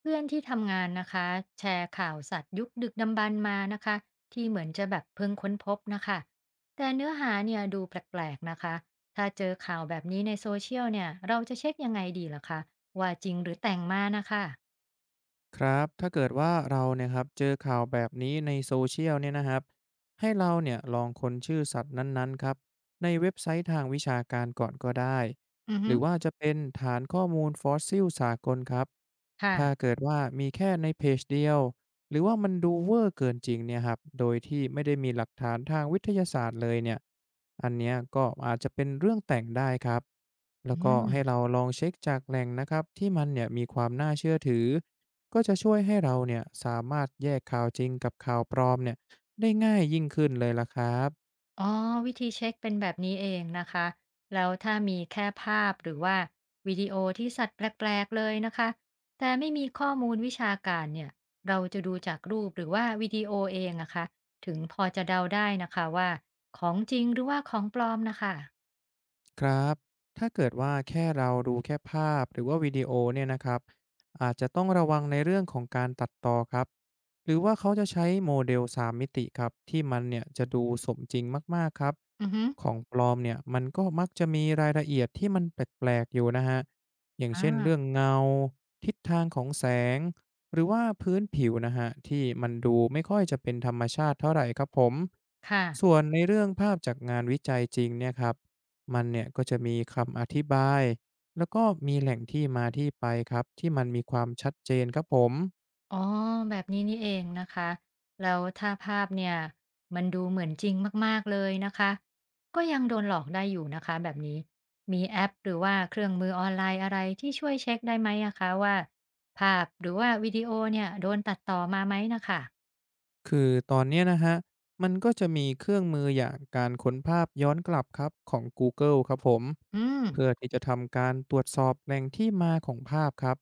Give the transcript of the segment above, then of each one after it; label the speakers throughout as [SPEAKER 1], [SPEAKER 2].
[SPEAKER 1] เพื่อนที่ทำงานนะคะแชร์ข่าวสัตว์ยุคดึกดำบรรพ์มานะคะที่เหมือนจะแบบเพิ่งค้นพบนะคะแต่เนื้อหาเนี่ยดูแปลกๆนะคะถ้าเจอข่าวแบบนี้ในโซเชียลเนี่ยเราจะเช็คยังไงดีล่ะคะว่าจริงหรือแต่งมานะคะ
[SPEAKER 2] ครับถ้าเกิดว่าเราเนี่ยครับเจอข่าวแบบนี้ในโซเชียลเนี่ยนะครับให้เราเนี่ยลองค้นชื่อสัตว์นั้นๆครับในเว็บไซต์ทางวิชาการก่อนก็ได้
[SPEAKER 1] อือ
[SPEAKER 2] ห
[SPEAKER 1] ฮึ
[SPEAKER 2] รือว่าจะเป็นฐานข้อมูลฟอสซิลสากลครับถ้า
[SPEAKER 1] ค่ะ
[SPEAKER 2] เกิดว่ามีแค่ในเพจเดียวหรือว่ามันดูเวอร์เกินจริงเนี่ยครับโดยที่ไม่ได้มีหลักฐานทางวิทยาศาสตร์เลยเนี่ยอันเนี้ยก็อาจจะเป็นเรื่องแต่งได้ครับแล้ว
[SPEAKER 1] อื
[SPEAKER 2] ก็
[SPEAKER 1] ม
[SPEAKER 2] ให้เราลองเช็คจากแหล่งนะครับที่มันเนี่ยมีความน่าเชื่อถือ ก็จะช่วยให้เราเนี่ยสามารถแยกข่าวจริงกับข่าวปลอมเนี่ยได้ง่ายยิ่งขึ้นเลยล่ะครับ
[SPEAKER 1] อ๋อวิธีเช็คเป็นแบบนี้เองนะคะแล้วถ้ามีแค่ภาพหรือว่าวิดีโอที่สัตว์แปลกๆเลยนะคะแต่ไม่มีข้อมูลวิชาการเนี่ยเราจะดูจากรูปหรือว่าวิดีโอเองนะคะถึงพอจะเดาได้นะคะว่าของจริงหรือว่าของปลอมนะคะ
[SPEAKER 2] ครับถ้าเกิดว่าแค่เราดูแค่ภาพหรือว่าวิดีโอเนี่ยนะครับอาจจะต้องระวังในเรื่องของการตัดต่อครับหรือว่าเขาจะใช้โมเดล3มมิติครับที่มันเนี่ยจะดูสมจริงมากๆครับ
[SPEAKER 1] อือฮึ
[SPEAKER 2] ของปลอมเนี่ยมันก็มักจะมีรายละเอียดที่มันแปลกๆอยู่นะฮะอย่าง
[SPEAKER 1] อ่
[SPEAKER 2] เช่นเรื่อง
[SPEAKER 1] า
[SPEAKER 2] เงาทิศทางของแสงหรือว่าพื้นผิวนะฮะที่มันดูไม่ค่อยจะเป็นธรรมชาติเท่าไหรครับผม
[SPEAKER 1] ค่ะ
[SPEAKER 2] ส่วนในเรื่องภาพจากงานวิจัยจริงเนี่ยครับ มันเนี่ยก็จะมีคำอธิบายแล้วก็มีแหล่งที่มาที่ไปครับที่มันมีความชัดเจนครับผม
[SPEAKER 1] อ๋อแบบนี้นี่เองนะคะแล้วถ้าภาพเนี่ยมันดูเหมือนจริงมากๆเลยนะคะก็ยังโดนหลอกได้อยู่นะคะแบบนี้มีแอปหรือว่าเครื่องมือออนไลน์อะไรที่ช่วยเช็คได้ไหมอะคะว่าภาพหรือว่าวิดีโอเนี่ยโดนตัดต่อมาไหมนะคะ
[SPEAKER 2] คือตอนเนี้ยนะฮะ มันก็จะมีเครื่องมืออย่างการค้นภาพย้อนกลับครับของ Google ครับผม
[SPEAKER 1] อืม
[SPEAKER 2] เพื่อที่จะทำการตรวจสอบแหล่งที่มาของภาพครับ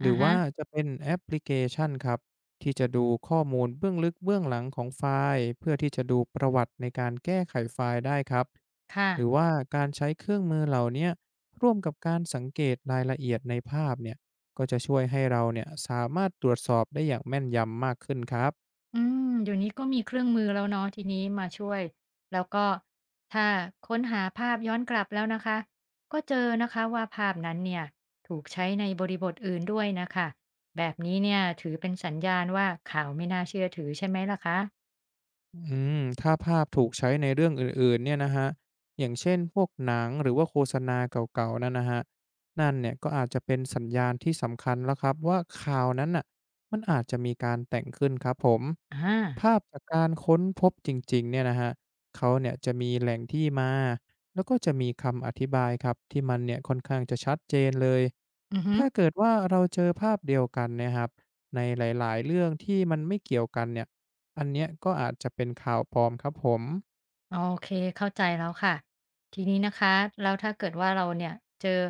[SPEAKER 2] ห
[SPEAKER 1] อะ
[SPEAKER 2] รือ
[SPEAKER 1] ฮะ
[SPEAKER 2] ว่าจะเป็นแอปพลิเคชันครับที่จะดูข้อมูลเบื้องลึกเบื้องหลังของไฟล์เพื่อที่จะดูประวัติในการแก้ไขไฟล์ได้ครับ
[SPEAKER 1] ค่ะ
[SPEAKER 2] หรือว่าการใช้เครื่องมือเหล่าเนี้ยร่วมกับการสังเกตรายละเอียดในภาพเนี่ยก็จะช่วยให้เราเนี่ยสามารถตรวจสอบได้อย่างแม่นยำมากขึ้นครับ
[SPEAKER 1] อืมเดี๋ยวนี้ก็มีเครื่องมือแล้วเนาะทีนี้มาช่วยแล้วก็ถ้าค้นหาภาพย้อนกลับแล้วนะคะก็เจอนะคะว่าภาพนั้นเนี่ยถูกใช้ในบริบทอื่นด้วยนะคะแบบนี้เนี่ยถือเป็นสัญญาณว่าข่าวไม่น่าเชื่อถือใช่ไหมล่ะคะ
[SPEAKER 2] อืมถ้าภาพถูกใช้ในเรื่องอื่นๆเนี่ยนะฮะอย่างเช่นพวกหนังหรือว่าโฆษณาเก่าๆนั่นนะฮะันั่นเนี่ยก็อาจจะเป็นสัญญาณที่สำคัญแล้วครับว่าข่าวนั้นน่ะมันอาจจะมีการแต่งขึ้นครับผม
[SPEAKER 1] อา
[SPEAKER 2] ภาพจากการค้นพบจริงๆเนี่ยนะฮะเขาเนี่ยจะมีแหล่งที่มาแล้วก็จะมีคำอธิบายครับที่มันเนี่ยค่อนข้างจะชัดเจนเลย
[SPEAKER 1] อือฮึ
[SPEAKER 2] ถ้าเกิดว่าเราเจอภาพเดียวกันเนะครับในหลายๆเรื่องที่มันไม่เกี่ยวกันเนี่ย อันเนี้ยก็อาจจะเป็นข่าวปลอมครับผม
[SPEAKER 1] โอเคเข้าใจแล้วค่ะทีนี้นะคะแล้วถ้าเกิดว่าเราเนี่ยเจอ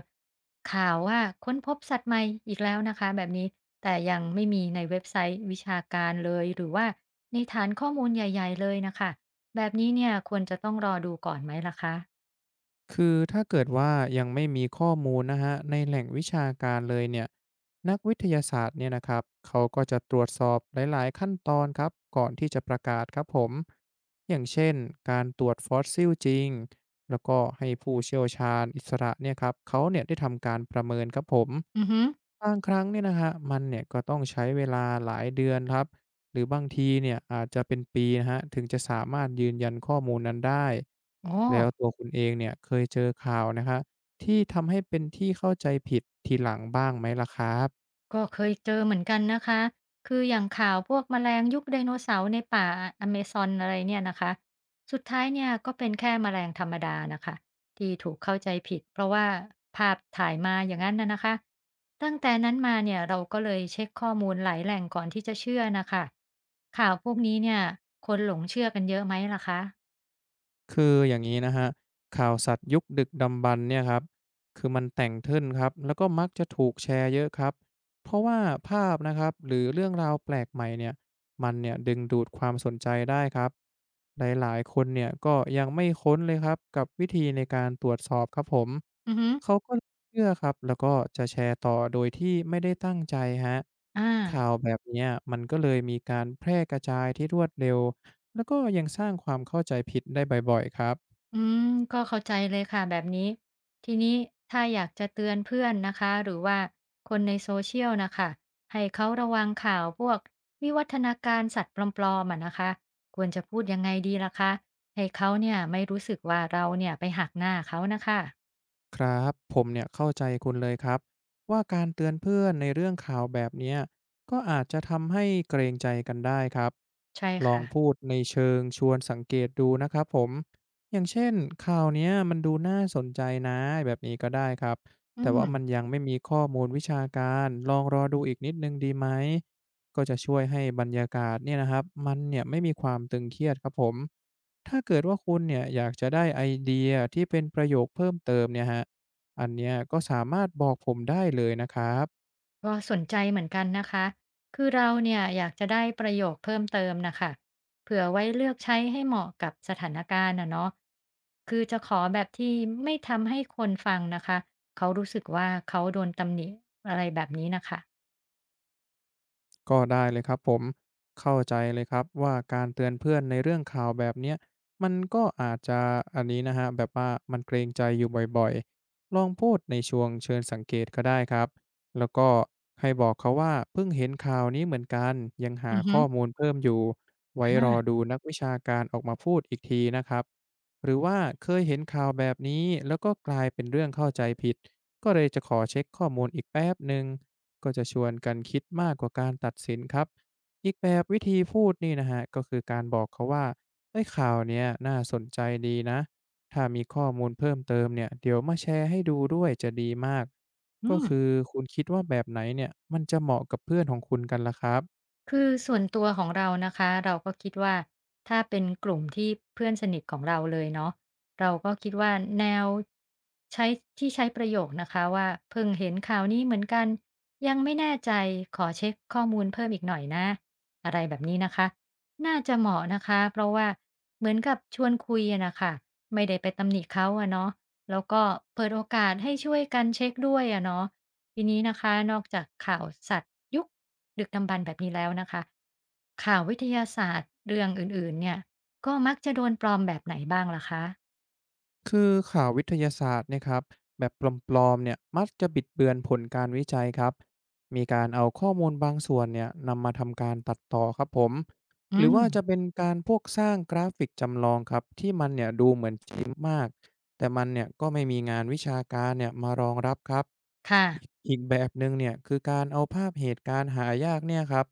[SPEAKER 1] ข่าวว่าค้นพบสัตว์ใหม่อีกแล้วนะคะแบบนี้แต่ยังไม่มีในเว็บไซต์วิชาการเลยหรือว่าในฐานข้อมูลใหญ่ๆเลยนะคะแบบนี้เนี่ยควรจะต้องรอดูก่อนไหมล่ะคะ
[SPEAKER 2] คือถ้าเกิดว่ายังไม่มีข้อมูลนะฮะในแหล่งวิชาการเลยเนี่ยนักวิทยาศาสตร์เนี่ยนะครับเขาก็จะตรวจสอบหลายๆขั้นตอนครับก่อนที่จะประกาศครับผมอย่างเช่นการตรวจฟอสซิลจริงแล้วก็ให้ผู้เชี่ยวชาญอิสระเนี่ยครับเขาเนี่ยได้ทำการประเมินครับผม
[SPEAKER 1] อือฮึ
[SPEAKER 2] บางครั้งเนี่ยนะครับมันเนี่ยก็ต้องใช้เวลาหลายเดือนครับหรือบางทีเนี่ยอาจจะเป็นปีนะคะถึงจะสามารถยืนยันข้อมูลนั้นได้
[SPEAKER 1] อ๋อ
[SPEAKER 2] แล้วตัวคุณเองเนี่ยเคยเจอข่าวนะครับที่ทำให้เป็นที่เข้าใจผิดทีหลังบ้างไหมล่ะครับ
[SPEAKER 1] ก็เคยเจอเหมือนกันนะคะ คืออย่างข่าวพวกแมลงยุคไดโนเสาร์ในป่าอเมซอนอะไรเนี่ยนะคะ สุดท้ายเนี่ยก็เป็นแค่แมลงธรรมดานะคะที่ถูกเข้าใจผิดเพราะว่าภาพถ่ายมาอย่างนั้นนะนะคะตั้งแต่นั้นมาเนี่ยเราก็เลยเช็คข้อมูลหลายแหล่งก่อนที่จะเชื่อนะคะข่าวพวกนี้เนี่ยคนหลงเชื่อกันเยอะไหมล่ะคะ
[SPEAKER 2] คืออย่างนี้นะฮะข่าวสัตว์ยุคดึกดำบรรพ์เนี่ยครับคือมันแต่งขึ้นครับแล้วก็มักจะถูกแชร์เยอะครับเพราะว่าภาพนะครับหรือเรื่องราวแปลกใหม่เนี่ยมันเนี่ยดึงดูดความสนใจได้ครับหลายๆคนเนี่ยก็ยังไม่ค้นเลยครับกับวิธีในการตรวจสอบครับผม
[SPEAKER 1] อือฮึ
[SPEAKER 2] เขาก็เชื่อครับแล้วก็จะแชร์ต่อโดยที่ไม่ได้ตั้งใจฮะ
[SPEAKER 1] อ่า
[SPEAKER 2] ข่าวแบบเนี้ยมันก็เลยมีการแพร่กระจายที่รวดเร็ว แล้วก็ยังสร้างความเข้าใจผิดได้บ่อยๆครับ
[SPEAKER 1] อืมก็เข้าใจเลยค่ะแบบนี้ทีนี้ถ้าอยากจะเตือนเพื่อนนะคะหรือว่าคนในโซเชียลนะคะให้เขาระวังข่าวพวกวิวัฒนาการสัตว์ปลอมๆอ่ะนะคะควรจะพูดยังไงดีล่ะคะให้เขาเนี่ยไม่รู้สึกว่าเราเนี่ยไปหักหน้าเขานะคะ
[SPEAKER 2] ครับผมเนี่ยเข้าใจคุณเลยครับว่าการเตือนเพื่อนในเรื่องข่าวแบบเนี้ยก็อาจจะทำให้เกรงใจกันได้ครับ
[SPEAKER 1] ใช่
[SPEAKER 2] ลอง
[SPEAKER 1] ค่ะ
[SPEAKER 2] พูดในเชิงชวนสังเกตดูนะครับผมอย่างเช่นข่าวเนี้ยมันดูน่าสนใจนะแบบนี้ก็ได้ครับ
[SPEAKER 1] อื
[SPEAKER 2] แต่ว่า
[SPEAKER 1] ม
[SPEAKER 2] มันยังไม่มีข้อมูลวิชาการลองรอดูอีกนิดหนึ่งดีไหมก็จะช่วยให้บรรยากาศเนี่ยนะครับมันเนี่ยไม่มีความตึงเครียดครับผม ถ้าเกิดว่าคุณเนี่ยอยากจะได้ไอเดียที่เป็นประโยคเพิ่มเติมเนี่ยฮะอันเนี้ยก็สามารถบอกผมได้เลยนะครับ
[SPEAKER 1] ก็สนใจเหมือนกันนะคะ คือเราเนี่ยอยากจะได้ประโยคเพิ่มเติมนะคะเผื่อไว้เลือกใช้ให้เหมาะกับสถานการณ์นะเนาะคือจะขอแบบที่ไม่ทำให้คนฟังนะคะ เขารู้สึกว่าเขาโดนตำหนิอะไรแบบนี้นะคะ
[SPEAKER 2] ก็ได้เลยครับผมเข้าใจเลยครับว่าการเตือนเพื่อนในเรื่องข่าวแบบเนี้ยมันก็อาจจะอันนี้นะคะแบบว่ามันเกรงใจอยู่บ่อยๆลองพูดในช่วงเชิญสังเกตก็ได้ครับแล้วก็ให้บอกเขาว่าเพิ่งเห็นข่าวนี้เหมือนกันยังหา
[SPEAKER 1] อือฮึ
[SPEAKER 2] ข้อมูลเพิ่มอยู่ไว้
[SPEAKER 1] อ่
[SPEAKER 2] รอ
[SPEAKER 1] า
[SPEAKER 2] ดูนักวิชาการออกมาพูดอีกทีนะครับหรือว่าเคยเห็นข่าวแบบนี้แล้วก็กลายเป็นเรื่องเข้าใจผิดก็เลยจะขอเช็คข้อมูลอีกแป๊บหนึ่ง ก็จะชวนกันคิดมากกว่าการตัดสินครับ อีกแบบวิธีพูดนี่นะฮะก็คือการบอกเขาว่าเอ้ยข่าวเนี้ยน่าสนใจดีนะถ้ามีข้อมูลเพิ่มเติมเนี่ยเดี๋ยวมาแชร์ให้ดูด้วยจะดีมาก
[SPEAKER 1] อื
[SPEAKER 2] ก็
[SPEAKER 1] ม
[SPEAKER 2] คือคุณคิดว่าแบบไหนเนี่ยมันจะเหมาะกับเพื่อนของคุณกันล่ะครับ
[SPEAKER 1] คือส่วนตัวของเรานะคะเราก็คิดว่าถ้าเป็นกลุ่มที่เพื่อนสนิทของเราเลยเนาะเราก็คิดว่าแนวใช้ที่ใช้ประโยคนะคะว่าเพิ่งเห็นข่าวนี้เหมือนกันยังไม่แน่ใจขอเช็คข้อมูลเพิ่มอีกหน่อยนะอะไรแบบนี้นะคะน่าจะเหมาะนะคะเพราะว่าเหมือนกับชวนคุยอะนะคะไม่ได้ไปตำหนิเขาอะเนาะแล้วก็เปิดโอกาสให้ช่วยกันเช็คด้วยอะเนาะ ทีนี้นะคะนอกจากข่าวสัตว์ยุคดึกดำบรรพ์แบบนี้แล้วนะคะข่าววิทยาศาสตร์เรื่องอื่นๆเนี่ยก็มักจะโดนปลอมแบบไหนบ้างล่ะคะ
[SPEAKER 2] คือข่าววิทยาศาสตร์เนะครับแบบปลอมๆเนี่ยมักจะบิดเบือนผลการวิจัยครับมีการเอาข้อมูลบางส่วนเนี่ยนำมาทำการตัดต่อครับผม
[SPEAKER 1] อื
[SPEAKER 2] หรือว่า
[SPEAKER 1] ม
[SPEAKER 2] จะเป็นการพวกสร้างกราฟิกจำลองครับที่มันเนี่ยดูเหมือนจริงมากแต่มันเนี่ยก็ไม่มีงานวิชาการเนี่ยมารองรับครับ
[SPEAKER 1] ค่ะ
[SPEAKER 2] อีกแบบหนึ่งเนี่ยคือการเอาภาพเหตุการณ์หายากเนี่ยครับ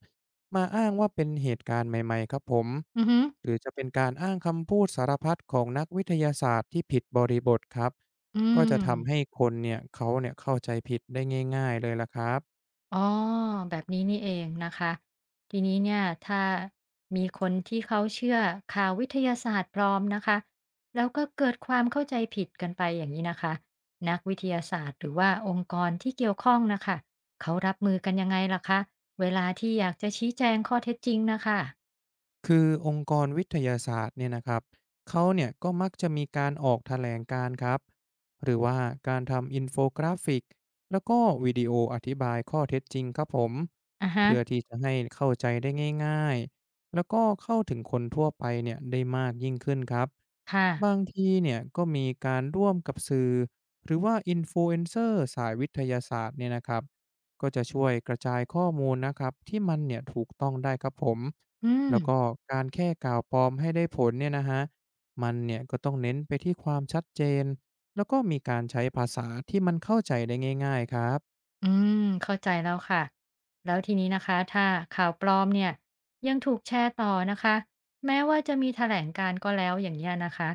[SPEAKER 2] มาอ้างว่าเป็นเหตุการณ์ใหม่ๆครับผม
[SPEAKER 1] อือฮึ
[SPEAKER 2] หรือจะเป็นการอ้างคำพูดสารพัดของนักวิทยาศาสตร์ที่ผิดบริบทครับ
[SPEAKER 1] อื
[SPEAKER 2] ก็จะทำให้
[SPEAKER 1] ม
[SPEAKER 2] คนเนี่ยเขาเนี่ยเข้าใจผิดได้ง่ายๆเลยล่ะครับ
[SPEAKER 1] อ๋อแบบนี้นี่เองนะคะทีนี้เนี่ยถ้ามีคนที่เขาเชื่อข่าววิทยาศาสตร์ปลอมนะคะแล้วก็เกิดความเข้าใจผิดกันไปอย่างนี้นะคะนักวิทยาศาสตร์หรือว่าองค์กรที่เกี่ยวข้องนะคะเขารับมือกันยังไงล่ะคะเวลาที่อยากจะชี้แจงข้อเท็จจริงนะคะ
[SPEAKER 2] คือองค์กรวิทยาศาสตร์เนี่ยนะครับเขาเนี่ยก็มักจะมีการออกแถลงการณ์ครับหรือว่าการทำอินโฟกราฟิกแล้วก็วิดีโออธิบายข้อเท็จจริงครับผม
[SPEAKER 1] อะฮะ
[SPEAKER 2] เพื่อที่จะให้เข้าใจได้ง่ายๆแล้วก็เข้าถึงคนทั่วไปเนี่ยได้มากยิ่งขึ้นครับ
[SPEAKER 1] ค่ะ
[SPEAKER 2] บางทีเนี่ยก็มีการร่วมกับสื่อหรือว่าอินฟลูเอนเซอร์สายวิทยาศาสตร์เนี่ยนะครับก็จะช่วยกระจายข้อมูลนะครับที่มันเนี่ยถูกต้องได้ครับผม
[SPEAKER 1] อืม
[SPEAKER 2] แล้วก็การแค่กล่าวปลอมให้ได้ผลเนี่ยนะฮะ มันเนี่ยก็ต้องเน้นไปที่ความชัดเจนแล้วก็มีการใช้ภาษาที่มันเข้าใจได้ง่ายๆครับ
[SPEAKER 1] อืมเข้าใจแล้วค่ะแล้วทีนี้นะคะถ้าข่าวปลอมเนี่ยยังถูกแชร์ต่อนะคะแม้ว่าจะมีแถลงการณ์ก็แล้วอย่างเงี้ยนะคะ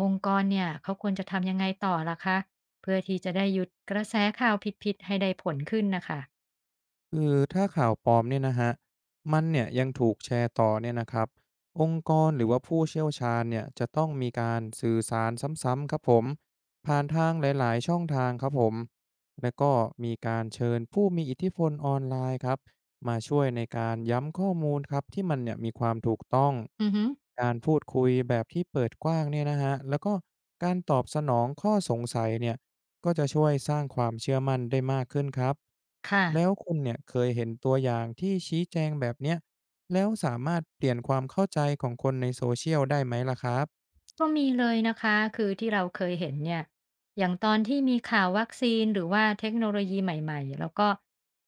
[SPEAKER 1] องค์กรเนี่ยเขาควรจะทำยังไงต่อล่ะคะเพื่อที่จะได้หยุดกระแสข่าวผิดๆให้ได้ผลขึ้นนะคะ
[SPEAKER 2] คือถ้าข่าวปลอมเนี่ยนะฮะมันเนี่ยยังถูกแชร์ต่อเนี่ยนะครับองค์กรหรือว่าผู้เชี่ยวชาญเนี่ยจะต้องมีการสื่อสารซ้ำๆครับผมผ่านทางหลายๆช่องทางครับผมแล้วก็มีการเชิญผู้มีอิทธิพลออนไลน์ครับมาช่วยในการย้ำข้อมูลครับที่มันเนี่ยมีความถูกต้อง
[SPEAKER 1] อือฮึ
[SPEAKER 2] การพูดคุยแบบที่เปิดกว้างเนี่ยนะฮะแล้วก็การตอบสนองข้อสงสัยเนี่ย ก็จะช่วยสร้างความเชื่อมั่นได้มากขึ้นครับแล้ว
[SPEAKER 1] ค่ะ
[SPEAKER 2] คุณเนี่ยเคยเห็นตัวอย่างที่ชี้แจงแบบเนี้ยแล้วสามารถเปลี่ยนความเข้าใจของคนในโซเชียลได้ไหมล่ะครับ
[SPEAKER 1] ก็มีเลยนะคะคือที่เราเคยเห็นเนี่ยอย่างตอนที่มีข่าววัคซีนหรือว่าเทคโนโลยีใหม่ๆแล้วก็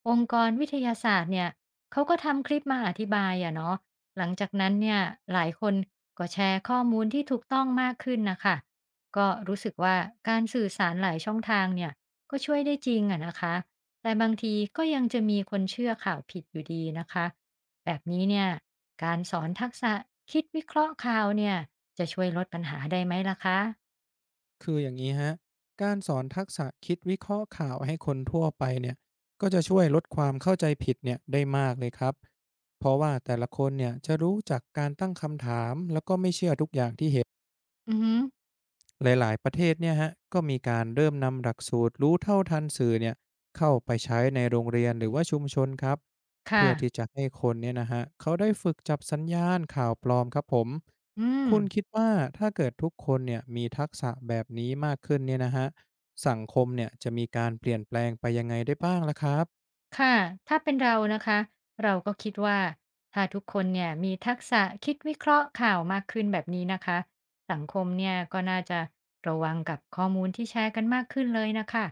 [SPEAKER 1] องค์กรวิทยาศาสตร์เนี่ยเขาก็ทำคลิปมาอธิบายอะเนาะหลังจากนั้นเนี่ยหลายคนก็แชร์ข้อมูลที่ถูกต้องมากขึ้นนะคะก็รู้สึกว่าการสื่อสารหลายช่องทางเนี่ยก็ช่วยได้จริงอะนะคะแต่บางทีก็ยังจะมีคนเชื่อข่าวผิดอยู่ดีนะคะ แบบนี้เนี่ยการสอนทักษะคิดวิเคราะห์ข่าวเนี่ยจะช่วยลดปัญหาได้ไหมล่ะคะ
[SPEAKER 2] คืออย่างนี้ฮะการสอนทักษะคิดวิเคราะห์ข่าวให้คนทั่วไปเนี่ยก็จะช่วยลดความเข้าใจผิดเนี่ยได้มากเลยครับเพราะว่าแต่ละคนเนี่ยจะรู้จักการตั้งคำถามแล้วก็ไม่เชื่อทุกอย่างที่เห็น
[SPEAKER 1] อือฮึ
[SPEAKER 2] หลายๆประเทศเนี่ยฮะก็มีการเริ่มนำหลักสูตรรู้เท่าทันสื่อเนี่ยเข้าไปใช้ในโรงเรียนหรือว่าชุมชนครับ
[SPEAKER 1] ค่ะ
[SPEAKER 2] เพื่อที่จะให้คนเนี่ยนะฮะเขาได้ฝึกจับสัญญาณข่าวปลอมครับผม
[SPEAKER 1] อืม
[SPEAKER 2] คุณคิดว่าถ้าเกิดทุกคนเนี่ยมีทักษะแบบนี้มากขึ้นเนี่ยนะฮะสังคมเนี่ยจะมีการเปลี่ยนแปลงไปยังไงได้บ้างล่ะครับ
[SPEAKER 1] ค่ะถ้าเป็นเรานะคะเราก็คิดว่าถ้าทุกคนเนี่ยมีทักษะคิดวิเคราะห์ข่าวมากขึ้นแบบนี้นะคะ สังคมเนี่ยก็น่าจะระวังกับข้อมูลที่แชร์กันมากขึ้นเลยนะคะ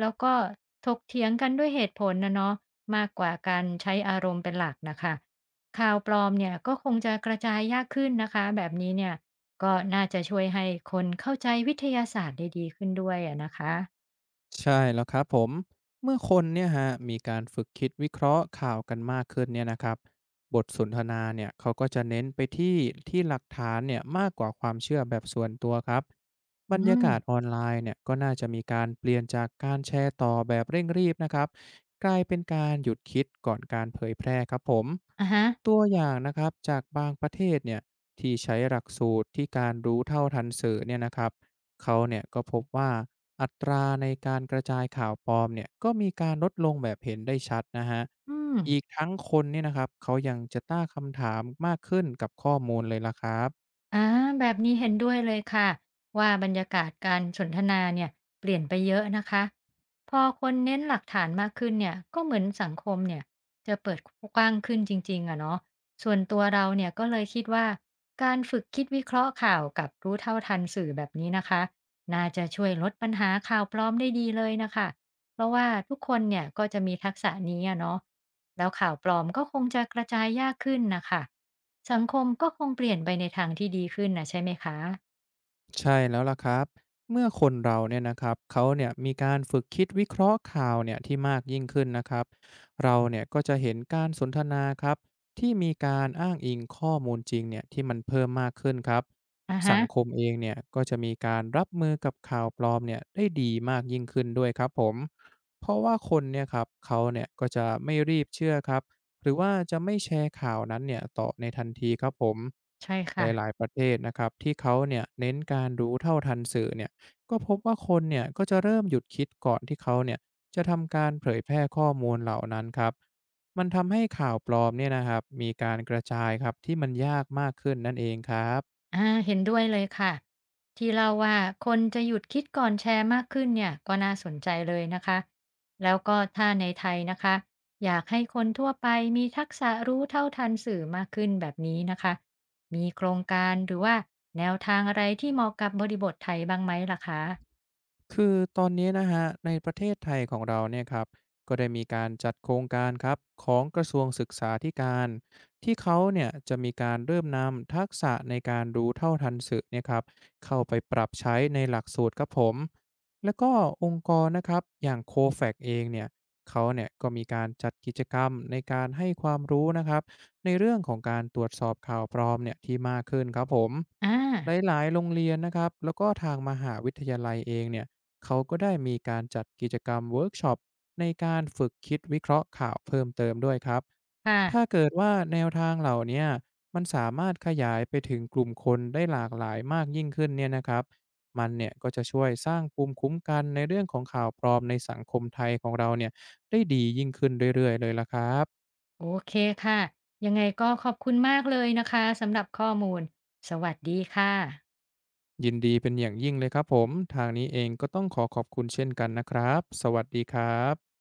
[SPEAKER 1] แล้วก็ถกเถียงกันด้วยเหตุผลนะเนาะมากกว่าการใช้อารมณ์เป็นหลักนะคะข่าวปลอมเนี่ยก็คงจะกระจายยากขึ้นนะคะแบบนี้เนี่ยก็น่าจะช่วยให้คนเข้าใจวิทยาศาสตร์ได้ดีขึ้นด้วยอะนะคะ
[SPEAKER 2] ใช่แล้วครับผมเมื่อคนเนี่ยฮะมีการฝึกคิดวิเคราะห์ข่าวกันมากขึ้นเนี่ยนะครับบทสนทนาเนี่ยเขาก็จะเน้นไปที่หลักฐานเนี่ยมากกว่าความเชื่อแบบส่วนตัวครับบร
[SPEAKER 1] อื
[SPEAKER 2] รยา
[SPEAKER 1] ม
[SPEAKER 2] กาศออนไลน์เนี่ยก็น่าจะมีการเปลี่ยนจากการแชร์ต่อแบบเร่งรีบนะครับกลายเป็นการหยุดคิดก่อนการเผยแพร่ครับผม
[SPEAKER 1] อ่ะฮะ
[SPEAKER 2] ตัวอย่างนะครับจากบางประเทศเนี่ยที่ใช้หลักสูตรที่การรู้เท่าทันสื่อเนี่ยนะครับ เขาเนี่ยก็พบว่าอัตราในการกระจายข่าวปลอมเนี่ยก็มีการลดลงแบบเห็นได้ชัดนะฮะ
[SPEAKER 1] อืม
[SPEAKER 2] อีกทั้งคนเนี่ยนะครับเขายังจะตั้งคำถามมากขึ้นกับข้อมูลเลยล่ะครับ
[SPEAKER 1] อาแบบนี้เห็นด้วยเลยค่ะว่าบรรยากาศการสนทนาเนี่ยเปลี่ยนไปเยอะนะคะพอคนเน้นหลักฐานมากขึ้นเนี่ยก็เหมือนสังคมเนี่ยจะเปิดกว้างขึ้นจริงๆอะเนาะส่วนตัวเราเนี่ยก็เลยคิดว่าการฝึกคิดวิเคราะห์ข่าวกับรู้เท่าทันสื่อแบบนี้นะคะน่าจะช่วยลดปัญหาข่าวปลอมได้ดีเลยนะคะ เพราะว่าทุกคนเนี่ยก็จะมีทักษะนี้อะเนาะแล้วข่าวปลอมก็คงจะกระจายยากขึ้นน่ะค่ะสังคมก็คงเปลี่ยนไปในทางที่ดีขึ้นน่ะใช่ไหมคะ
[SPEAKER 2] ใช่แล้วล่ะครับ เมื่อคนเราเนี่ยนะครับเขาเนี่ยมีการฝึกคิดวิเคราะห์ข่าวเนี่ยที่มากยิ่งขึ้นนะครับเราเนี่ยก็จะเห็นการสนทนาครับที่มีการอ้างอิงข้อมูลจริงเนี่ยที่มันเพิ่มมากขึ้นครับ
[SPEAKER 1] อะ
[SPEAKER 2] สั
[SPEAKER 1] ฮะ
[SPEAKER 2] งคมเองเนี่ยก็จะมีการรับมือกับข่าวปลอมเนี่ยได้ดีมากยิ่งขึ้นด้วยครับผมเพราะว่าคนเนี่ยครับเขาเนี่ยก็จะไม่รีบเชื่อครับ หรือว่าจะไม่แชร์ข่าวนั้นเนี่ยต่อในทันทีครับผม
[SPEAKER 1] ใช่
[SPEAKER 2] หลา
[SPEAKER 1] ค่ะ
[SPEAKER 2] ยๆประเทศนะครับที่เขาเนี่ยเน้นการรู้เท่าทันสื่อเนี่ยก็พบว่าคนเนี่ยก็จะเริ่มหยุดคิดก่อนที่เขาเนี่ยจะทำการเผยแพร่ข้อมูลเหล่านั้นครับมันทำให้ข่าวปลอมเนี่ยนะครับมีการกระจายครับที่มันยากมากขึ้นนั่นเองครับ
[SPEAKER 1] อาเห็นด้วยเลยค่ะที่เล่าว่าคนจะหยุดคิดก่อนแชร์มากขึ้นเนี่ยก็น่าสนใจเลยนะคะแล้วก็ถ้าในไทยนะคะอยากให้คนทั่วไปมีทักษะรู้เท่าทันสื่อมากขึ้นแบบนี้นะคะมีโครงการหรือว่าแนวทางอะไรที่เหมาะกับบริบทไทยบ้างไหมล่ะคะ
[SPEAKER 2] คือตอนนี้นะฮะในประเทศไทยของเราเนี่ยครับก็ได้มีการจัดโครงการครับของกระทรวงศึกษาธิการที่เขาเนี่ยจะมีการเริ่มนำทักษะในการรู้เท่าทันสื่อเนี่ยครับเข้าไปปรับใช้ในหลักสูตรครับผมแล้วก็องค์กรนะครับอย่างโคแฟกเองเนี่ยเขาเนี่ยก็มีการจัดกิจกรรมในการให้ความรู้นะครับในเรื่องของการตรวจสอบข่าวปลอมเนี่ยที่มากขึ้นครับผม
[SPEAKER 1] อ่า
[SPEAKER 2] หลายๆโรงเรียนนะครับแล้วก็ทางมหาวิทยาลัยเองเนี่ย เขาก็ได้มีการจัดกิจกรรมเวิร์กช็อปในการฝึกคิดวิเคราะห์ข่าวเพิ่มเติมด้วยครับ
[SPEAKER 1] ค่ะ
[SPEAKER 2] ถ้าเกิดว่าแนวทางเหล่าเนี้ยมันสามารถขยายไปถึงกลุ่มคนได้หลากหลายมากยิ่งขึ้นเนี่ยนะครับมันเนี่ยก็จะช่วยสร้างภูมิคุ้มกันในเรื่องของข่าวปลอมในสังคมไทยของเราเนี่ยได้ดียิ่งขึ้นเรื่อยๆเลยละครับ
[SPEAKER 1] โอเคค่ะ ยังไงก็ขอบคุณมากเลยนะคะ สำหรับข้อมูล สวัสดีค่ะ
[SPEAKER 2] ยินดีเป็นอย่างยิ่งเลยครับผมทางนี้เองก็ต้องขอขอบคุณเช่นกันนะครับสวัสดีครับ